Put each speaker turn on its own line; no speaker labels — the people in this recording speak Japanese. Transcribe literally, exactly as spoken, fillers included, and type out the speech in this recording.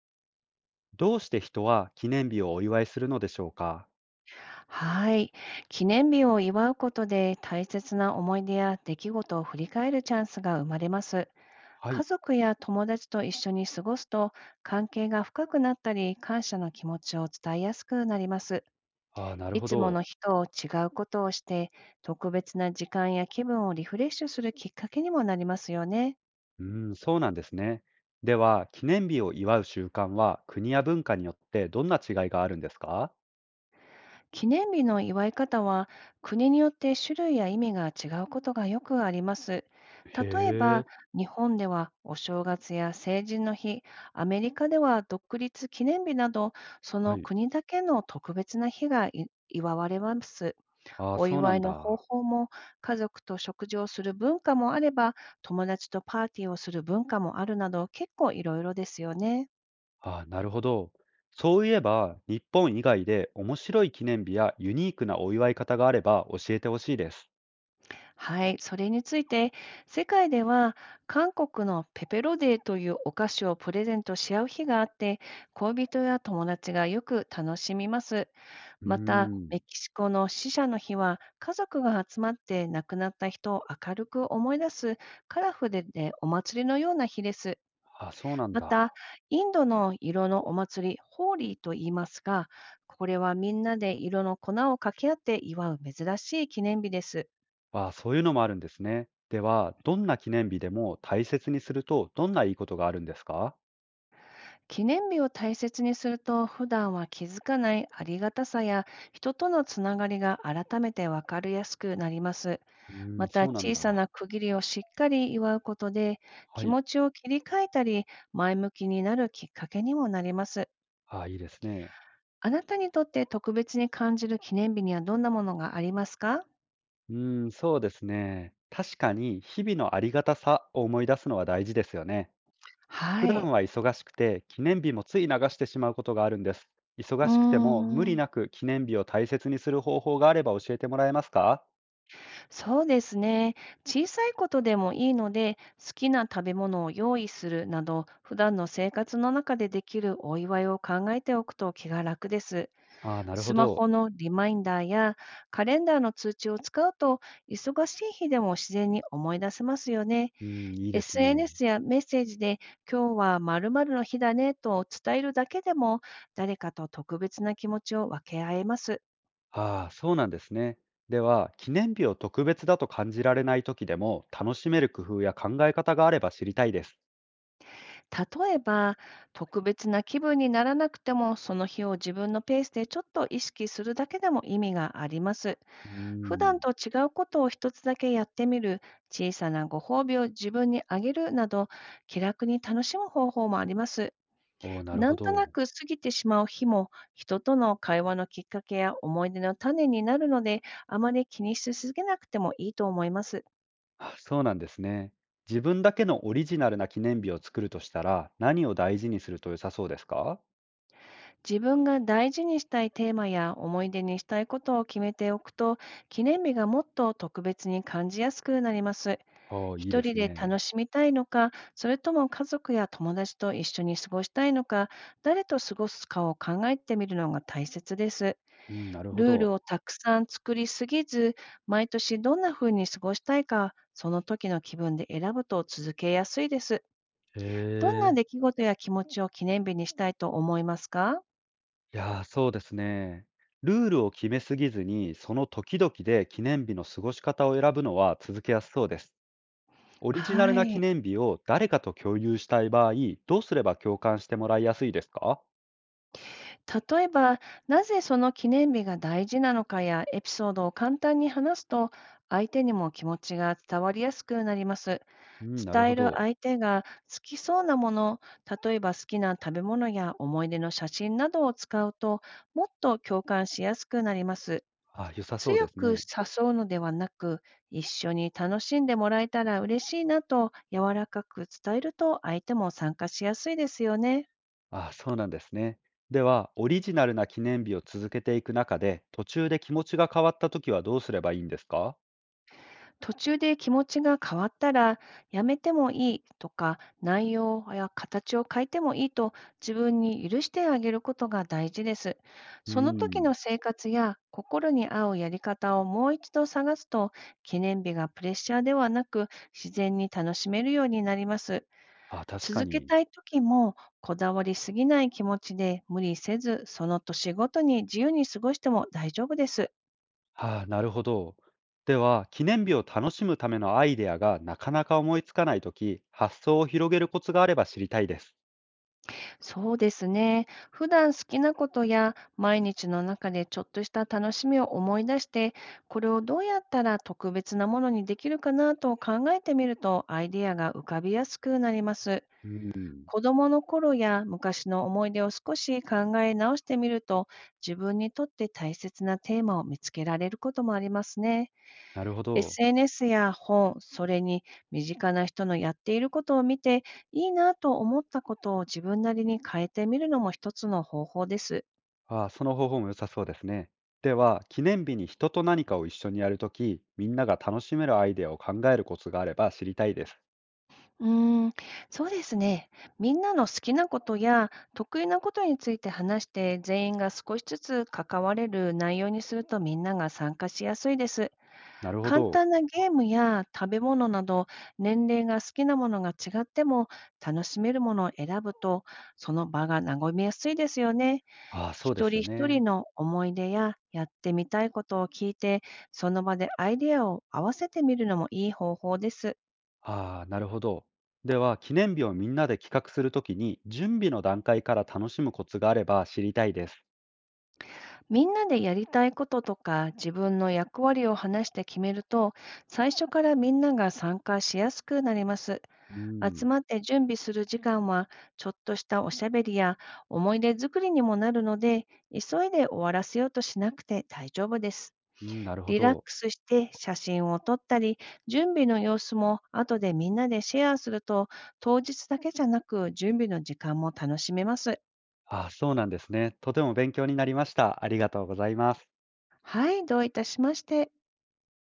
どうして人は記念日をお祝いするのでしょうか？
はい。記念日を祝うことで大切な思い出や出来事を振り返るチャンスが生まれます。
は
家
い。
族や友達と一緒に過ごすと、関係が深くなったり感謝の気持ちを伝えやすくなります。
ああ、なる
い
ほ
つもの
ど。
日と違うことをして、特別な時間や気分をリフレッシュするきっかけにもなりますよね。
うーん、そうなんですね。では、記念日を祝う習慣は国や文化によってどんな違いがあるんですか？
記念日の祝い方は、国によって種類や意味が違うことがよくあります。
へ
例え
え。
ば、日本ではお正月や成人の日、アメリカでは独立記念日など、そ
は
の
い。
国だけの特別な日がい祝われます。
ああ、
お
そうな
祝
ん
いの方
だ。
法も、家族と食事をする文化もあれば、友達とパーティーをする文化もあるなど、結構いろいろですよね。
ああ、なるほど。そういえば、日本以外で面白い記念日やユニークなお祝い方があれば教えてほしいです。
はい、それについて、世界では韓国のペペロデーというお菓子をプレゼントし合う日があって、恋人や友達がよく楽しみます。
うー
また、
ん。
メキシコの死者の日は、家族が集まって亡くなった人を明るく思い出す、カラフルでお祭りのような日です。
ああ、そうなん
また、
だ。
インドの色のお祭り、ホーリーと言いますが、これはみんなで色の粉をかけ合って祝う珍しい記念日です。
あ、あ、そういうのもあるんですね。では、どんな記念日でも大切にすると、どんないいことがあるんですか？
記念日を大切にすると、普段は気づかないありがたさや人とのつながりが改めて分かりやすくなります。
うーん、
ま
そ
た、
うなん
小さ
だ。
な区切りをしっかり祝うことで、
は
気
い。
持ちを切り替えたり、前向きになるきっかけにもなります。
あ、あ、いいですね。
あなたにとって特別に感じる記念日には、どんなものがありますか？
うーん、そうですね。確かに、日々のありがたさを思い出すのは大事ですよね。普
はい。
段は忙しくて、記念日もつい流してしまうことがあるんです。
う
忙
ー
しくても無理
ん。
なく記念日を大切にする方法があれば教えてもらえますか？
そうですね。小さいことでもいいので、好きな食べ物を用意するなど、普段の生活の中でできるお祝いを考えておくと気が楽です。
ああ、なるほ
スマ
ど。
ホのリマインダーやカレンダーの通知を使うと、忙しい日でも自然に思い出せますよね。
うん、いいですね。
エスエヌエス やメッセージで、今日は〇〇の日だねと伝えるだけでも、誰かと特別な気持ちを分け合えます。
ああ、そうなんですね。では、記念日を特別だと感じられない時でも、楽しめる工夫や考え方があれば知りたいです。
例えば、特別な気分にならなくても、その日を自分のペースでちょっと意識するだけでも意味があります。
うー
普
ん。
段と違うことを一つだけやってみる、小さなご褒美を自分にあげるなど、気楽に楽しむ方法もあります。
おお、なる
な
ほ
んとな
ど。
く過ぎてしまう日も、人との会話のきっかけや思い出の種になるので、あまり気にしすぎなくてもいいと思います。
あ、そうなんですね。自分だけのオリジナルな記念日を作るとしたら、何を大事にすると良さそうですか？
自分が大事にしたいテーマや思い出にしたいことを決めておくと、記念日がもっと特別に感じやすくなります。
ああ、いい
一
で
人
す
で楽
ね。
しみたいのか、それとも家族や友達と一緒に過ごしたいのか、誰と過ごすかを考えてみるのが大切です。
うん、なるほ
ルール
ど。
をたくさん作りすぎず、毎年どんな風に過ごしたいか、その時の気分で選ぶと続けやすいです。どんな
へ
出
え。
来事や気持ちを記念日にしたいと思いますか？
いやー、そうですね。ルールを決めすぎずに、その時々で記念日の過ごし方を選ぶのは続けやすそうです。オリジナル
は
な記
い。
念日を誰かと共有したい場合、どうすれば共感してもらいやすいですか？
例えば、なぜその記念日が大事なのかやエピソードを簡単に話すと、相手にも気持ちが伝わりやすくなります。
うん、なる
伝
ほ
える
ど。
相手が好きそうなもの、例えば好きな食べ物や思い出の写真などを使うと、もっと共感しやすくなります。
あ、良さそう
強
です
く
ね。
誘うのではなく、一緒に楽しんでもらえたら嬉しいなと柔らかく伝えると、相手も参加しやすいですよね。
あ、そうなんですね。では、オリジナルな記念日を続けていく中で、途中で気持ちが変わったときはどうすればいいんですか？
途中で気持ちが変わったら、やめてもいいとか、内容や形を変えてもいいと自分に許してあげることが大事です。
う
その時
ん。
の生活や心に合うやり方をもう一度探すと、記念日がプレッシャーではなく自然に楽しめるようになります。
あ、確か
続け
に。
たい時も、こだわりすぎない気持ちで無理せず、その年ごとに自由に過ごしても大丈夫です。
あ、なるほど。では、記念日を楽しむためのアイデアがなかなか思いつかないとき、発想を広げるコツがあれば知りたいです。
そうですね。普段好きなことや毎日の中でちょっとした楽しみを思い出して、これをどうやったら特別なものにできるかなと考えてみると、アイデアが浮かびやすくなります。
うん。
子供の頃や昔の思い出を少し考え直してみると、自分にとって大切なテーマを見つけられることもありますね。
なるほど。
エスエヌエス や本、それに身近な人のやっていることを見て、いいなと思ったことを自分なりに変えてみるのも一つの方法です。
ああ、その方法も良さそうですね。では、記念日に人と何かを一緒にやるとき、みんなが楽しめるアイデアを考えるコツがあれば知りたいです。
うーん、そうですね。みんなの好きなことや得意なことについて話して、全員が少しずつ関われる内容にするとみんなが参加しやすいです。
なるほ
簡
ど。
単なゲームや食べ物など、年齢が好きなものが違っても楽しめるものを選ぶと、その場が和みやすいですよね。
ああ、そうで
一
す
人
よ
一
ね。
人の思い出ややってみたいことを聞いて、その場でアイデアを合わせてみるのもいい方法です。
ああ、なるほど。では、記念日をみんなで企画するときに、準備の段階から楽しむコツがあれば知りたいです。
みんなでやりたいこととか自分の役割を話して決めると、最初からみんなが参加しやすくなります。
う
集
ん、
まって準備する時間は、ちょっとしたおしゃべりや思い出作りにもなるので、急いで終わらせようとしなくて大丈夫です。
うん、なるほ
リラッ
ど。
クスして写真を撮ったり、準備の様子も後でみんなでシェアすると、当日だけじゃなく準備の時間も楽しめます。
ああ、そうなんですね。とても勉強になりました。ありがとうございます。
はい、どういたしまして。